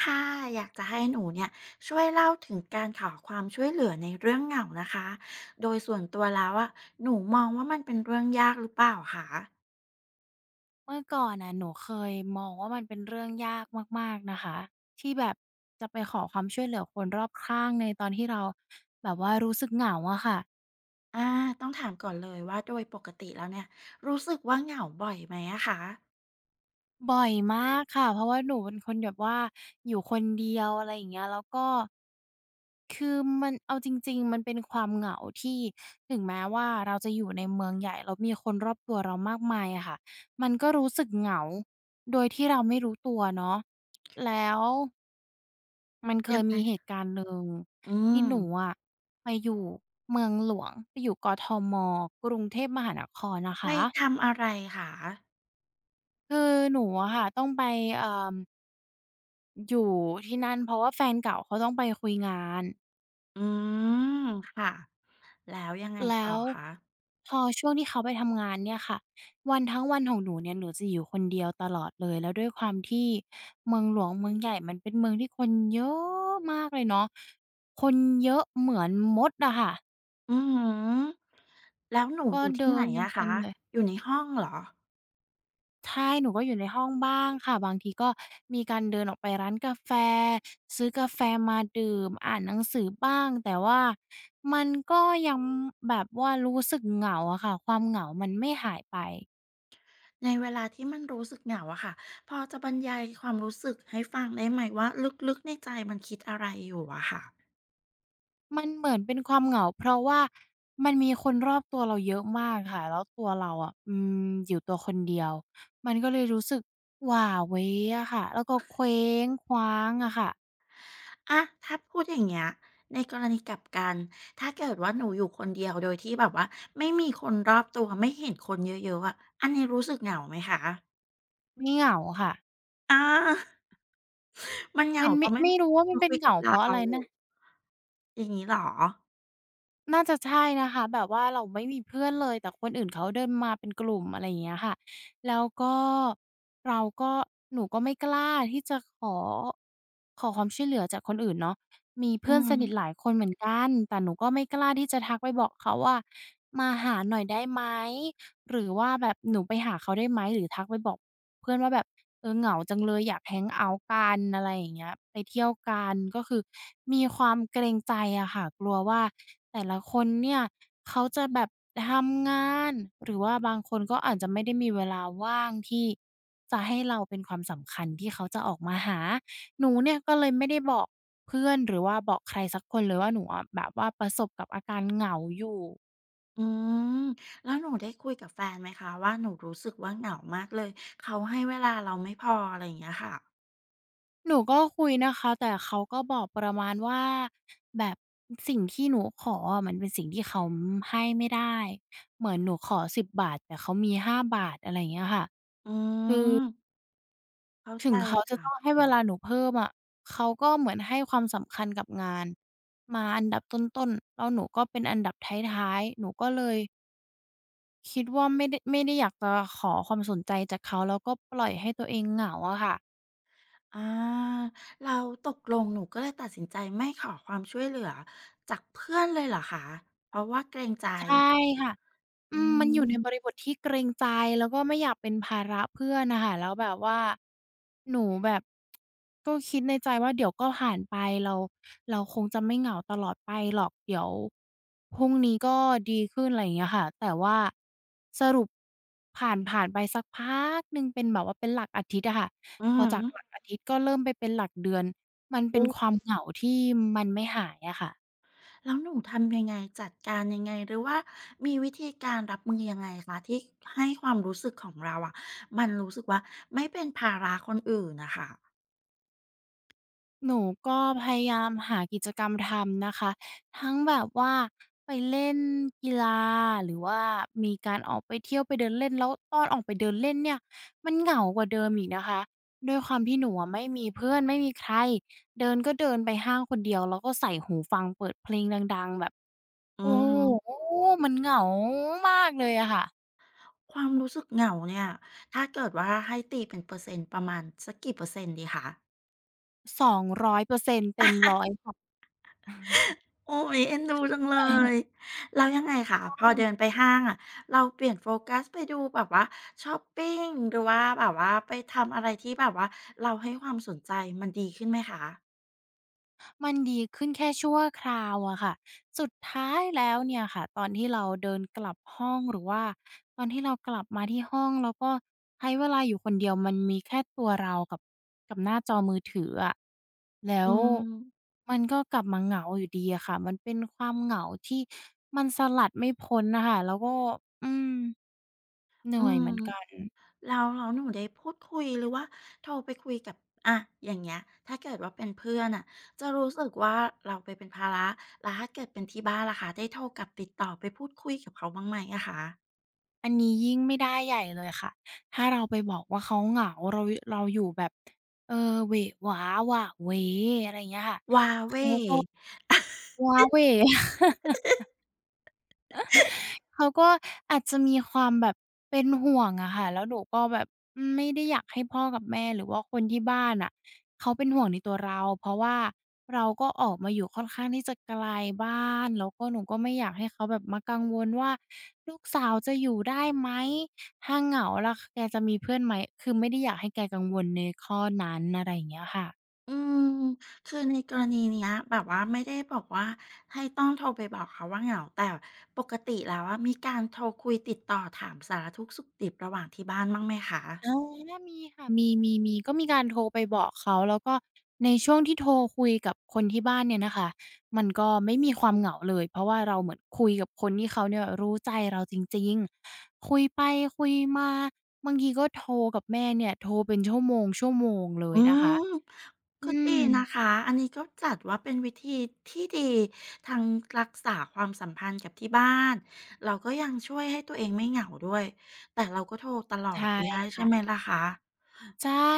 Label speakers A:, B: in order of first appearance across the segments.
A: ค่ะอยากจะให้หนูเนี่ยช่วยเล่าถึงการขอความช่วยเหลือในเรื่องเหงานะคะโดยส่วนตัวแล้วอะหนูมองว่ามันเป็นเรื่องยากหรือเปล่าคะ
B: เมื่อก่อนน่ะหนูเคยมองว่ามันเป็นเรื่องยากมากๆนะคะที่แบบจะไปขอความช่วยเหลือคนรอบข้างในตอนที่เราแบบว่ารู้สึกเหงาอะค่ะ
A: อ่าต้องถามก่อนเลยว่าโดยปกติแล้วเนี่ยรู้สึกว่าเหงาบ่อยไหมอะคะ
B: บ่อยมากค่ะเพราะว่าหนูเป็นคนแบบว่าอยู่คนเดียวอะไรอย่างเงี้ยแล้วก็คือมันเอาจริงๆมันเป็นความเหงาที่ถึงแม้ว่าเราจะอยู่ในเมืองใหญ่แล้วมีคนรอบตัวเรามากมายอะค่ะมันก็รู้สึกเหงาโดยที่เราไม่รู้ตัวเนาะแล้ว มันเค
A: ยั
B: ย
A: งไง
B: มีเหตุการณ์หนึ่ง
A: อื
B: ที่ห
A: ม
B: นูอะไปอยู่เมืองหลวงไปอยู่กทมกรุงเทพมหานครนะ
A: ไป
B: คะ
A: ทำอะไรคะ
B: คือหนูอะค่ะต้องไปเอ่ออยู่ที่นั่นเพราะว่าแฟนเก่าเขาต้องไปคุยงาน
A: อืค่ะแล้วยังไงต่
B: แล้
A: อ
B: ว
A: คะ
B: พอช่วงที่เขาไปทำงานเนี่ยค่ะวันทั้งวันของหนูเนี่ยหนูจะอยู่คนเดียวตลอดเลยแล้วด้วยความที่เมืองหลวงเมืองใหญ่มันเป็นเมืองที่คนเยอะมากเลยเนาะคนเยอะเหมือนมดอะค่ะ
A: อืมแล้วหนู
B: ก็
A: อยู่ที่
B: เดิ
A: ไหน
B: นกัน
A: อะ
B: เต็
A: คะ
B: มเลย
A: อยู่ในห้องเหรอ
B: ใช่หนูก็อยู่ในห้องบ้างค่ะบางทีก็มีการเดินออกไปร้านกาแฟซื้อกาแฟมาดื่มอ่านหนังสือบ้างแต่ว่ามันก็ยังแบบว่ารู้สึกเหงาอะค่ะความเหงามันไม่หายไป
A: ในเวลาที่มันรู้สึกเหงาอะค่ะพอจะบรรยายความรู้สึกให้ฟังได้ไหมว่าลึกๆในใจมันคิดอะไรอยู่อะค่ะ
B: มันเหมือนเป็นความเหงาเพราะว่ามันมีคนรอบตัวเราเยอะมากค่ะแล้วตัวเราอะอืมอยู่ตัวคนเดียวมันก็เลยรู้สึกหว่าเหวอะค่ะแล้วก็เคว้งคว้างอะค่ะ
A: อะถ้าพูดอย่างเงี้ยในกรณีกลับกันถ้าเกิดว่าหนูอยู่คนเดียวโดยที่แบบว่าไม่มีคนรอบตัวไม่เห็นคนเยอะๆอะอันนี้รู้สึกเหงาไหมคะ
B: ไม่เหงาค่ะ
A: อา มันเห
B: มั
A: งา
B: น
A: เพ
B: ไม่
A: ราะไม่
B: ไม่
A: มี
B: รู้
A: ค
B: ว่ามั
A: น
B: นเป็น
A: คุย
B: เห
A: กั
B: งา
A: บ
B: เพ
A: เรา
B: ราะอะไรนะ
A: อย่างนี้เหรอ
B: น่าจะใช่นะคะแบบว่าเราไม่มีเพื่อนเลยแต่คนอื่นเขาเดินมาเป็นกลุ่มอะไรอย่างเงี้ยค่ะแล้วก็เราก็หนูก็ไม่กล้าที่จะขอความช่วยเหลือจากคนอื่นเนาะมี
A: อื
B: เพื่อนสนิทหลา
A: ม
B: ยคนเหมือนกันแต่หนูก็ไม่กล้าที่จะทักไปบอกเขาว่ามาหาหน่อยได้ไหมหรือว่าแบบหนูไปหาเขาได้ไหมหรือทักไปบอก เพื่อนว่าแบบเออเหงาจังเลยอยากแฮงเอาต์กันอะไรอย่างเงี้ยไปเที่ยวกันก็คือมีความเกรงใจอะค่ะกลัวว่าแต่ละคนเนี่ยเขาจะแบบทำงานหรือว่าบางคนก็อาจจะไม่ได้มีเวลาว่างที่จะให้เราเป็นความสำคัญที่เขาจะออกมาหาหนูเนี่ยก็เลยไม่ได้บอกเพื่อนหรือว่าบอกใครสักคนเลยว่าหนูอะแบบว่าประสบกับอาการเหงาอยู่
A: อืมแล้วหนูได้คุยกับแฟนไหมคะว่าหนูรู้สึกว่าเหงามากเลยเขาให้เวลาเราไม่พออะไรอย่างเงี้ยค่ะ
B: หนูก็คุยนะคะแต่เขาก็บอกประมาณว่าแบบสิ่งที่หนูขออะมันเป็นสิ่งที่เขาให้ไม่ได้เหมือนหนูขอสิบ10แต่เขามีห้าบาทอะไรอย่างเงี้ยค่ะ
A: อื
B: คือ
A: มเข้า
B: ถึ
A: ใจ
B: งเขาจะ
A: ค่ะ
B: ต้องให้เวลาหนูเพิ่มอะเขาก็เหมือนให้ความสำคัญกับงานมาอันดับต้นๆแล้วหนูก็เป็นอันดับท้ายๆหนูก็เลยคิดว่าไม่ได้อยากจะขอความสนใจจากเขาแล้วก็ปล่อยให้ตัวเองเหงาอะค่ะ
A: อาเราตกลงหนูก็เลยตัดสินใจไม่ขอความช่วยเหลือจากเพื่อนเลยเหรอคะเพราะว่าเกรงใจ
B: ใช่ค่ะ อื
A: อื
B: มมันอยู่ในบ
A: ม
B: ริบทที่เกรงใจแล้วก็ไม่อยากเป็นภาระเพื่อนน่ะค่ะแล้วแบบว่าหนูแบบก็คิดในใจว่าเดี๋ยวก็ผ่านไปเราเราคงจะไม่เหงาตลอดไปหรอกเดี๋ยวพรุ่งนี้ก็ดีขึ้นอะไรอย่างเงี้ยค่ะแต่ว่าสรุปผ่านไปสักพักหนึ่งเป็นแบบว่าเป็นหลักอาทิตย์อะค่ะ
A: อืม
B: พอจาก
A: ฮ
B: หลักอาทิตย์ก็เริ่มไปเป็นหลักเดือนมันเป็
A: อุ
B: นความเหงาที่มันไม่หายอะค่ะ
A: แล้วหนูทำยังไงจัดการยังไงหรือว่ามีวิธีการรับมือยังไงคะที่ให้ความรู้สึกของเราอะมันรู้สึกว่าไม่เป็นภาระคนอื่นนะคะ
B: หนูก็พยายามหากิจกรรมทำนะคะทั้งแบบว่าไปเล่นกีฬาหรือว่ามีการออกไปเที่ยวไปเดินเล่นแล้วตอนออกไปเดินเล่นเนี่ยมันเหงากว่าเดิมอีกนะคะด้วยความที่หนูอะไม่มีเพื่อนไม่มีใครเดินก็เดินไปห้างคนเดียวแล้วก็ใส่หูฟังเปิดเพลงดังๆแบบ
A: อื
B: โอ้โฮ
A: ม
B: มันเหงามากเลยอะค่ะ
A: ความรู้สึกเหงาเนี่ย ถ้าเกิดว่าให้ตีเป็นเปอร์เซ็นต์ประมาณสักกี่เปอร์เซ็นต์ดีคะ
B: 200%เปอร์เซ็นตเต็ม100ค่ะ
A: โอ๊ยเอ็นดูจังเล
B: ใช่
A: ยแล้วยังไงคะพอเดินไปห้างอะเราเปลี่ยนโฟกัสไปดูแบบว่าชอปปิงหรือว่าแบบว่าไปทำอะไรที่แบบว่าเราให้ความสนใจมันดีขึ้นไหมคะ
B: มันดีขึ้นแค่ชั่วคราวอะค่ะ สุดท้ายแล้วเนี่ยค่ะตอนที่เราเดินกลับห้องหรือว่าตอนที่เรากลับมาที่ห้องแล้วก็ใช้เวลาอยู่คนเดียวมันมีแค่ตัวเรากับกับหน้าจอมือถืออะแล้
A: อื
B: ว
A: ม
B: มันก็กลับมาเหงาอยู่ดีอะค่ะ มันเป็นความเหงาที่มันสลัดไม่พ้นน่ะค่ะแล้วก็อืมเห
A: อื
B: นื่อยเห
A: ม
B: มือนกัน
A: แล้วแล้วหนูได้พูดคุยหรือว่าโทรไปคุยกับอะอย่างเงี้ยถ้าเกิดว่าเป็นเพื่อนน่ะจะรู้สึกว่าเราไปเป็นภาระแล้วถ้าเกิดเป็นที่บ้านล่ะคะได้โทรกลับติดต่อไปพูดคุยกับเขาบ้างไหมอะคะ
B: อันนี้ยิ่งไม่ได้ใหญ่เลยค่ะ ถ้าเราไปบอกว่าเขาเหงาเราเราอยู่แบบเออเหวะหวาหว่ะเหวอะไรอย่างเงี้ยค่ะ
A: ว้าเหว่
B: ว้าเหว่ เขาก็อาจจะมีความแบบเป็นห่วงอะค่ะแล้วหนูก็แบบไม่ได้อยากให้พ่อกับแม่หรือว่าคนที่บ้านอะเขาเป็นห่วงในตัวเราเพราะว่าเราก็ออกมาอยู่ค่อนข้างที่จะไกลบ้านแล้วก็หนูก็ไม่อยากให้เขาแบบมากังวลว่าลูกสาวจะอยู่ได้ไหมถ้าเหงาล่ะแกจะมีเพื่อนไหมคือไม่ได้อยากให้แกกังวลในข้อนั้นอะไรอย่างเงี้ยค่ะ
A: อืมคือในกรณีเนี้ยแบบว่าไม่ได้บอกว่าให้ต้องโทรไปบอกเขาว่าเหงาแต่ปกติแล้วอะมีการโทรคุยติดต่อถามสารทุกข์สุกดิบระหว่างที่บ้านบ้างไหมคะ
B: อามีค่ะมีก็มีการโทรไปบอกเขา แล้วก็ในช่วงที่โทรคุยกับคนที่บ้านเนี่ยนะคะ มันก็ไม่มีความเหงาเลย เพราะว่าเราเหมือนคุยกับคนที่เขาเนี่ยรู้ใจเราจริงๆ คุยไปคุยมาบางทีก็โทรกับแม่เนี่ยโทรเป็นชั่วโมงๆเล
A: อื
B: ยนะ
A: ม
B: คะ
A: ก็
B: อื
A: ดี
B: ม
A: นะคะอันนี้ก็จัดว่าเป็นวิธีที่ดีทั้งรักษาความสัมพันธ์กับที่บ้านเราก็ยังช่วยให้ตัวเองไม่เหงาด้วยแต่เราก็โทรตลอด
B: ใช่
A: ไม่ได้ใช่
B: ค่ะ
A: ไหมล่ะคะ
B: ใช่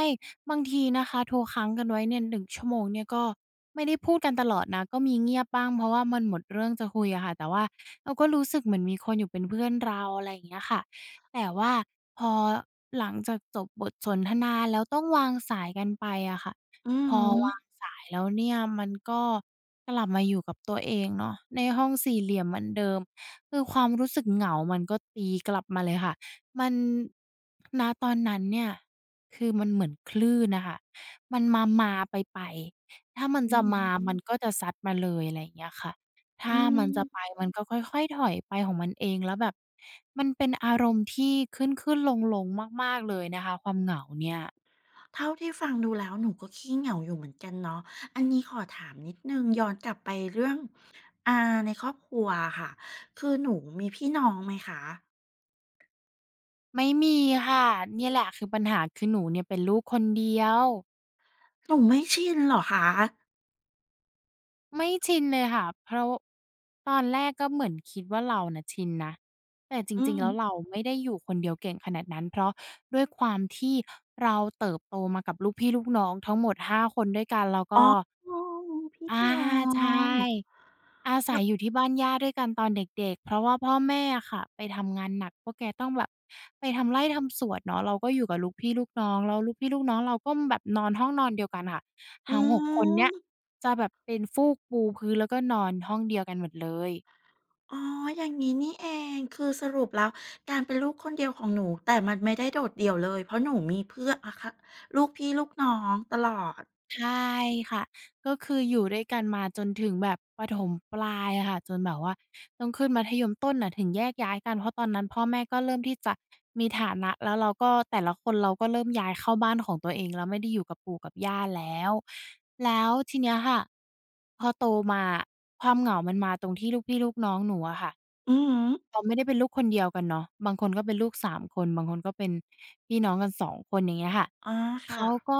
B: บางทีนะคะโทรค้างกันไว้เนี่ย1 ชั่วโมงเนี่ยก็ไม่ได้พูดกันตลอดนะก็มีเงียบบ้างเพราะว่ามันหมดเรื่องจะคุยอะค่ะแต่ว่าเราก็รู้สึกเหมือนมีคนอยู่เป็นเพื่อนเราอะไรอย่างเงี้ยค่ะแต่ว่าพอหลังจากจบบทสนทนาแล้วต้องวางสายกันไปอะค่ะ
A: อื
B: พ
A: อ
B: อ
A: ฮึ
B: วางสายแล้วเนี่ยมันก็กลับมาอยู่กับตัวเองเนาะในห้องสี่เหลี่ยมเหมือนเดิมคือความรู้สึกเหงามันก็ตีกลับมาเลยค่ะมันณตอนนั้นเนี่ย คือมันเหมือนคลื่นน่ะค่ะมันมาๆไปๆถ้ามัน
A: อื
B: จะ
A: อฮึ
B: มาอืมันมก็จะซัดมาเลยอะไรอย่างเงี้ยค่ะ ถ้า
A: อื
B: มันจะไป
A: ม
B: มันก็ค่อยๆถอยไปของมันเองแล้วแบบมันเป็นอารมณ์ที่ขึ้นๆลงๆมากๆเลยนะคะความเหงาเนี่ย
A: เท่าที่ฟังดูแล้วหนูก็ขี้เหงาอยู่เหมือนกันเนาะอันนี้ขอถามนิดหนึ่งย้อนกลับไปเรื่องอ่าในครอบครัวอะค่ะคือหนูมีพี่น้องไหมคะ
B: ไม่มีค่ะเนี่ยแหละคือปัญหาคือหนูเนี่ยเป็นลูกคนเดียว
A: หนูไม่ชินเหรอคะ
B: ไม่ชินเลยค่ะเพราะตอนแรกก็เหมือนคิดว่าเราน่ะชินนะแต่จ
A: อื
B: ริงๆ
A: ม
B: แล้วเราไม่ได้อยู่คนเดียวเก่งขนาดนั้นเพราะด้วยความที่เราเติบโตมากับลูกพี่ลูกน้องทั้งหมด5คนด้วยกันแล้ว
A: อ๋
B: ก็
A: อพี่
B: อา
A: น้อ
B: ใช่
A: ง
B: อาศัยอยู่ที่บ้านย่าด้วยกันตอนเด็กๆเพราะว่าพ่อแม่อะค่ะไปทำงานหนักพวกแกต้องแบบไปทำไร่ทำสวนเนาะเราก็อยู่กับลูกพี่ลูกน้องแล้วลูกพี่ลูกน้องเราก็แบบนอนห้องนอนเดียวกันค่ะ
A: อื
B: ทั้งหกคนเนี้ย
A: ม
B: จะแบบเป็นฟูกปูพื้นแล้วก็นอนห้องเดียวกันหมดเลย
A: อ๋ออย่างนี้นี่เองคือสรุปแล้วการเป็นลูกคนเดียวของหนูแต่มันไม่ได้โดดเดี่ยวเลยเพราะหนูมีเพื่อนอะคะลูกพี่ลูกน้องตลอด
B: ใช่ค่ะก็คืออยู่ด้วยกันมาจนถึงแบบประถมปลายอะค่ะจนแบบว่าต้องขึ้นมัธยมต้นน่ะถึงแยกย้ายกันเพราะตอนนั้นพ่อแม่ก็เริ่มที่จะมีฐานะแล้วเราก็แต่ละคนเราก็เริ่มย้ายเข้าบ้านของตัวเองแล้วไม่ได้อยู่กับปู่กับย่าแล้วแล้วทีเนี้ยค่ะพอโตมาความเหงามันมาตรงที่ลูกพี่ลูกน้องหนูอะค่ะ
A: อือฮึ
B: เราไม่ได้เป็นลูกคนเดียวกันเนาะบางคนก็เป็นลูกสามคนบางคนก็เป็นพี่น้องกันสองคนอย่างเงี้ยค่ะ
A: อา
B: เขา
A: ค่ะ
B: ก็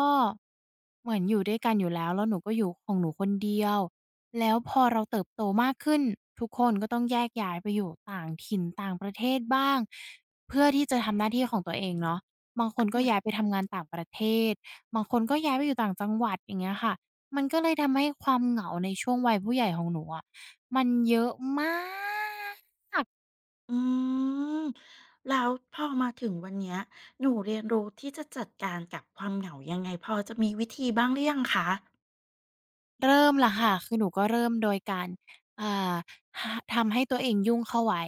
B: เหมือนอยู่ด้วยกันอยู่แล้วแล้วหนูก็อยู่ของหนูคนเดียวแล้วพอเราเติบโตมากขึ้นทุกคนก็ต้องแยกย้ายไปอยู่ต่างถิ่นต่างประเทศบ้างเพื่อที่จะทำหน้าที่ของตัวเองเนาะบางคนก็ย้ายไปทำงานต่างประเทศบางคนก็ย้ายไปอยู่ต่างจังหวัดอย่างเงี้ยค่ะมันก็เลยทำให้ความเหงาในช่วงวัยผู้ใหญ่ของหนูอะมันเยอะมาก
A: อืมแล้วพอมาถึงวันเนี้ยหนูเรียนรู้ที่จะจัดการกับความเหงายังไงพอจะมีวิธีบ้างหรือยังคะ
B: เริ่มละค่ะคือหนูก็เริ่มโดยการอ่าหทำให้ตัวเองยุ่งเข้าไว้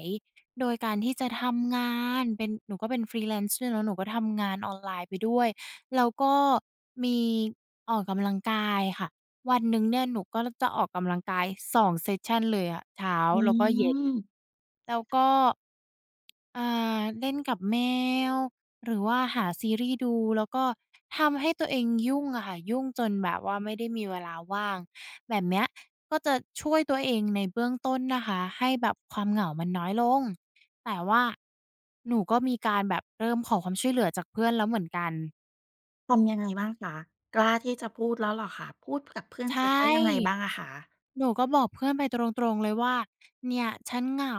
B: โดยการที่จะทำงานเป็นหนูก็เป็น Freelance ด้วยเนาะหนูก็ทำงานออนไลน์ไปด้วยแล้วก็มีออกกำลังกายค่ะวันหนึ่งเนี่ยหนูก็จะออกกำลังกาย2เซสชันเลยอะเช้า
A: อื
B: แล้วก็เย็น
A: ม
B: แล้วก็ อ่าเล่นกับแมวหรือว่าหาซีรีส์ดูแล้วก็ทำให้ตัวเองยุ่งอะค่ะยุ่งจนแบบว่าไม่ได้มีเวลาว่างแบบเนี้ยก็จะช่วยตัวเองในเบื้องต้นนะคะให้แบบความเหงามันน้อยลงแต่ว่าหนูก็มีการแบบเริ่มขอความช่วยเหลือจากเพื่อนแล้วเหมือนกัน
A: ทำยังไงบ้างคะกล้าที่จะพูดแล้วเหรอคะพูดกับเพื่อน
B: ใช
A: ไปว่ายังไงบ้า
B: ่
A: งอะคะ
B: หนูก็บอกเพื่อนไปตรงๆเลยว่าเนี่ยฉันเหงา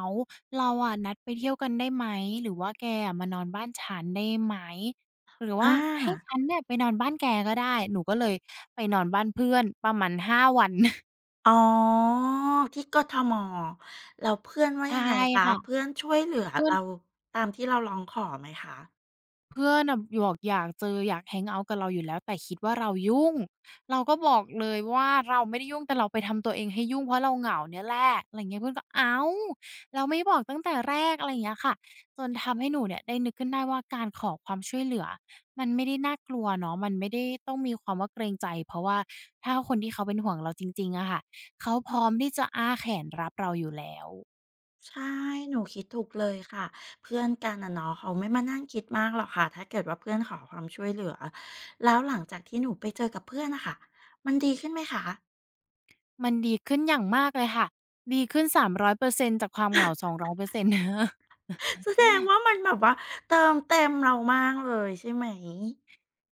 B: เราอะนัดไปเที่ยวกันได้ไหมหรือว่าแกอะมานอนบ้านฉันได้ไหมหรือว่า
A: อา
B: ให้ฉันเนี่ยไปนอนบ้านแกก็ได้หนูก็เลยไปนอนบ้านเพื่อนประมาณ5 วัน
A: อ๋อที่กทมแล้วเพื่อนว่า
B: ใช่
A: ยังไงคะ
B: ค่ะ
A: เพื่อนช่วยเหลือ
B: เพื่อน
A: เราตามที่เราร้องขอไหมคะ
B: เพื่อนน่ะบอกอยากเจออยากแฮงเอาต์กับเราอยู่แล้วแต่คิดว่าเรายุ่งเราก็บอกเลยว่าเราไม่ได้ยุ่งแต่เราไปทำตัวเองให้ยุ่งเพราะเราเหงาเนี่ยแหละอะไรอย่างเงี้ยเพื่อนก็อ้าวเราไม่บอกตั้งแต่แรกอะไรอย่างเงี้ยค่ะจนทำให้หนูเนี่ยได้นึกขึ้นได้ว่าการขอความช่วยเหลือมันไม่ได้น่ากลัวเนาะมันไม่ได้ต้องมีความว่าเกรงใจเพราะว่าถ้าคนที่เขาเป็นห่วงเราจริงๆอะค่ะเขาพร้อมที่จะอ้าแขนรับเราอยู่แล้ว
A: ใช่หนูคิดถูกเลยค่ะเพื่อนกันอะเนาะเขาไม่มานั่งคิดมากหรอกค่ะถ้าเกิดว่าเพื่อนขอความช่วยเหลือแล้วหลังจากที่หนูไปเจอกับเพื่อนน่ะค่ะมันดีขึ้นไหมคะ
B: มันดีขึ้นอย่างมากเลยค่ะ ดีขึ้น300%จากความเหงา200%
A: แสดงว่ามันแบบว่าเติมเต็มเรามากเลยใช่ไหม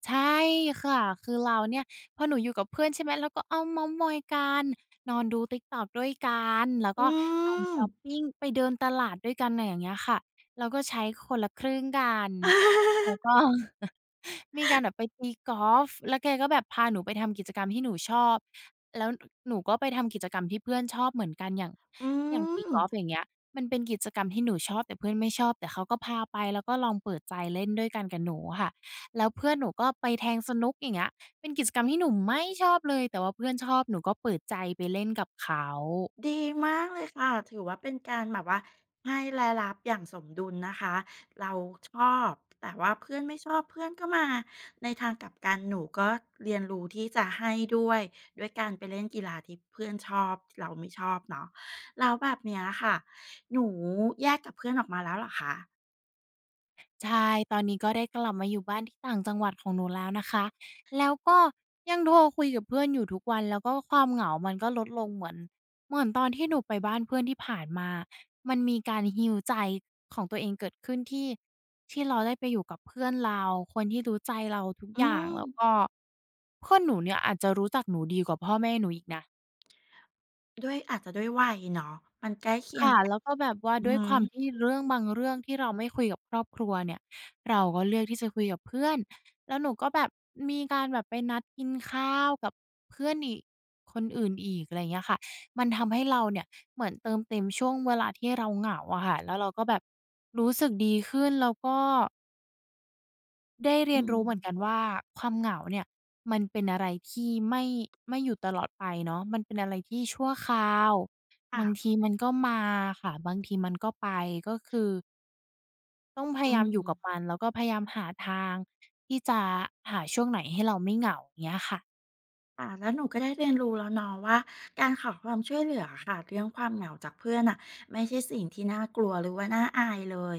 B: ใช่ค่ะคือเราเนี่ยพอหนูอยู่กับเพื่อนใช่ไหมเราก็เอาเมาท์มอยกันนอนดู TikTok ด้วยกันแล้วก็
A: อื
B: ไปช
A: ม
B: อปปิงไปเดินตลาดด้วยกันอะไรอย่างเงี้ยค่ะเราก็ใช้คนละครึ่งกันแล้วก็ มีการแบบไปตีกอล์ฟแล้วแกก็แบบพาหนูไปทำกิจกรรมที่หนูชอบแล้วนหนูก็ไปทำกิจกรรมที่เพื่อนชอบเหมือนกันอย่าง
A: อื
B: อย่างตี
A: ม
B: กอล์ฟอย่างเงี้ยมันเป็นกิจกรรมที่หนูชอบแต่เพื่อนไม่ชอบแต่เขาก็พาไปแล้วก็ลองเปิดใจเล่นด้วยกันกับหนูอะค่ะแล้วเพื่อนหนูก็ไปแทงสนุกอย่างเงี้ยเป็นกิจกรรมที่หนูไม่ชอบเลยแต่ว่าเพื่อนชอบหนูก็เปิดใจไปเล่นกับเขา
A: ดีมากเลยค่ะถือว่าเป็นการแบบว่าให้และรับอย่างสมดุลนะคะเราชอบแต่ว่าเพื่อนไม่ชอบเพื่อนก็มาในทางกลับกันหนูก็เรียนรู้ที่จะให้ด้วยด้วยการไปเล่นกีฬาที่เพื่อนชอบเราไม่ชอบเนาะแล้วแบบเนี้ยค่ะหนูแยกกับเพื่อนออกมาแล้วเหรอคะ
B: ใช่ตอนนี้ก็ได้กลับมาอยู่บ้านที่ต่างจังหวัดของหนูแล้วนะคะแล้วก็ยังโทรคุยกับเพื่อนอยู่ทุกวันแล้วก็ความเหงามันก็ลดลงเหมือนตอนที่หนูไปบ้านเพื่อนที่ผ่านมามันมีการ heal ใจของตัวเองเกิดขึ้นที่เราได้ไปอยู่กับเพื่อนเราคนที่รู้ใจเราทุกอ
A: อื
B: ย่าง
A: ม
B: แล้วก็เพื่อนหนูเนี่ยอาจจะรู้จักหนูดีกว่าพ่อแม่หนูอีกนะ
A: ด้วยอาจจะด้วยวัยเนาะมันใกล้เคียง
B: ค่ะ
A: กัน
B: แล้วก็แบบว่า
A: อื
B: ด้วย
A: อ
B: ความที่เรื่องบางเรื่องที่เราไม่คุยกับครอบครัวเนี่ยเราก็เลือกที่จะคุยกับเพื่อนแล้วหนูก็แบบมีการแบบไปนัดกินข้าวกับเพื่อนอีกคนอื่นอีกอะไรอย่างเงี้ยค่ะมันทำให้เราเนี่ยเหมือนเติมเต็มช่วงเวลาที่เราเหงาอะค่ะแล้วเราก็แบบรู้สึกดีขึ้นแล้วก็ ได้เรีย
A: อื
B: น
A: ม
B: รู้เหมือนกันว่าความเหงาเนี่ยมันเป็นอะไรที่ไม่อยู่ตลอดไปเนาะมันเป็นอะไรที่ชั่วคราวบาง
A: ค่ะ
B: ทีมันก็มาค่ะบางทีมันก็ไปก็คือต้องพ
A: อื
B: ยายามอ
A: ม
B: ยู่กับมันแล้วก็พยายามหาทางที่จะหาช่วงไหนให้เราไม่เหงาอย่างเงี้ยค่ะ
A: ค่ะแล้วหนูก็ได้เรียนรู้แล้วเนาะว่าการขอความช่วยเหลือค่ะเรื่องความเหงาจากเพื่อนอ่ะไม่ใช่สิ่งที่น่ากลัวหรือว่าน่าอายเลย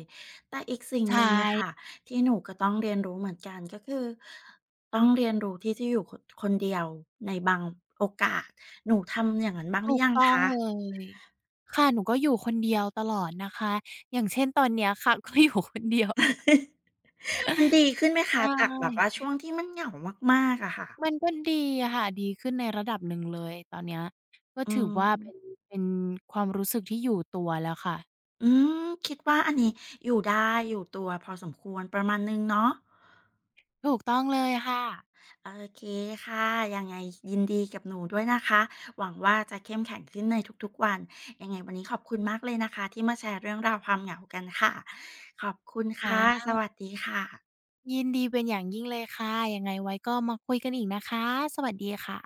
A: แต่อีกสิ่ง
B: ใช
A: หนึ่งนะคะ
B: ่
A: ที่หนูก็ต้องเรียนรู้เหมือนกันก็คือต้องเรียนรู้ที่จะอยู่คนคนเดียวในบางโอกาสหนูทำอย่างนั้นบ้างหรื
B: ถูก
A: อยัง
B: ต้อง
A: คะ
B: เลยค่ะหนูก็อยู่คนเดียวตลอดนะคะอย่างเช่นตอนเนี้ยค่ะ ก็อยู่คนเดียว
A: มันดีขึ้นไหม
B: ใช
A: คะจากแบบว่า
B: ่
A: ช่วงที่มันเหงามากๆอะค่ะ
B: มันก็ดีอะค่ะดีขึ้นในระดับหนึ่งเลยตอนเนี้ยก็
A: อื
B: ถือว่าเป็น
A: ม
B: เป็นความรู้สึกที่อยู่ตัวแล้วค่ะ
A: อืมคิดว่าอันนี้อยู่ได้อยู่ตัวพอสมควรประมาณนึงเนาะ
B: ถูกต้องเลยค่ะ
A: โอเคค่ะยังไงยินดีกับหนูด้วยนะคะหวังว่าจะเข้มแข็งขึ้นในทุกๆวันยังไงวันนี้ขอบคุณมากเลยนะคะที่มาแชร์เรื่องราวความเหงากันค่ะขอบคุณค่ะ
B: ค่ะ
A: สวัสดีค่ะ
B: ยินดีเป็นอย่างยิ่งเลยค่ะยังไงไว้ก็มาคุยกันอีกนะคะสวัสดีค่ะ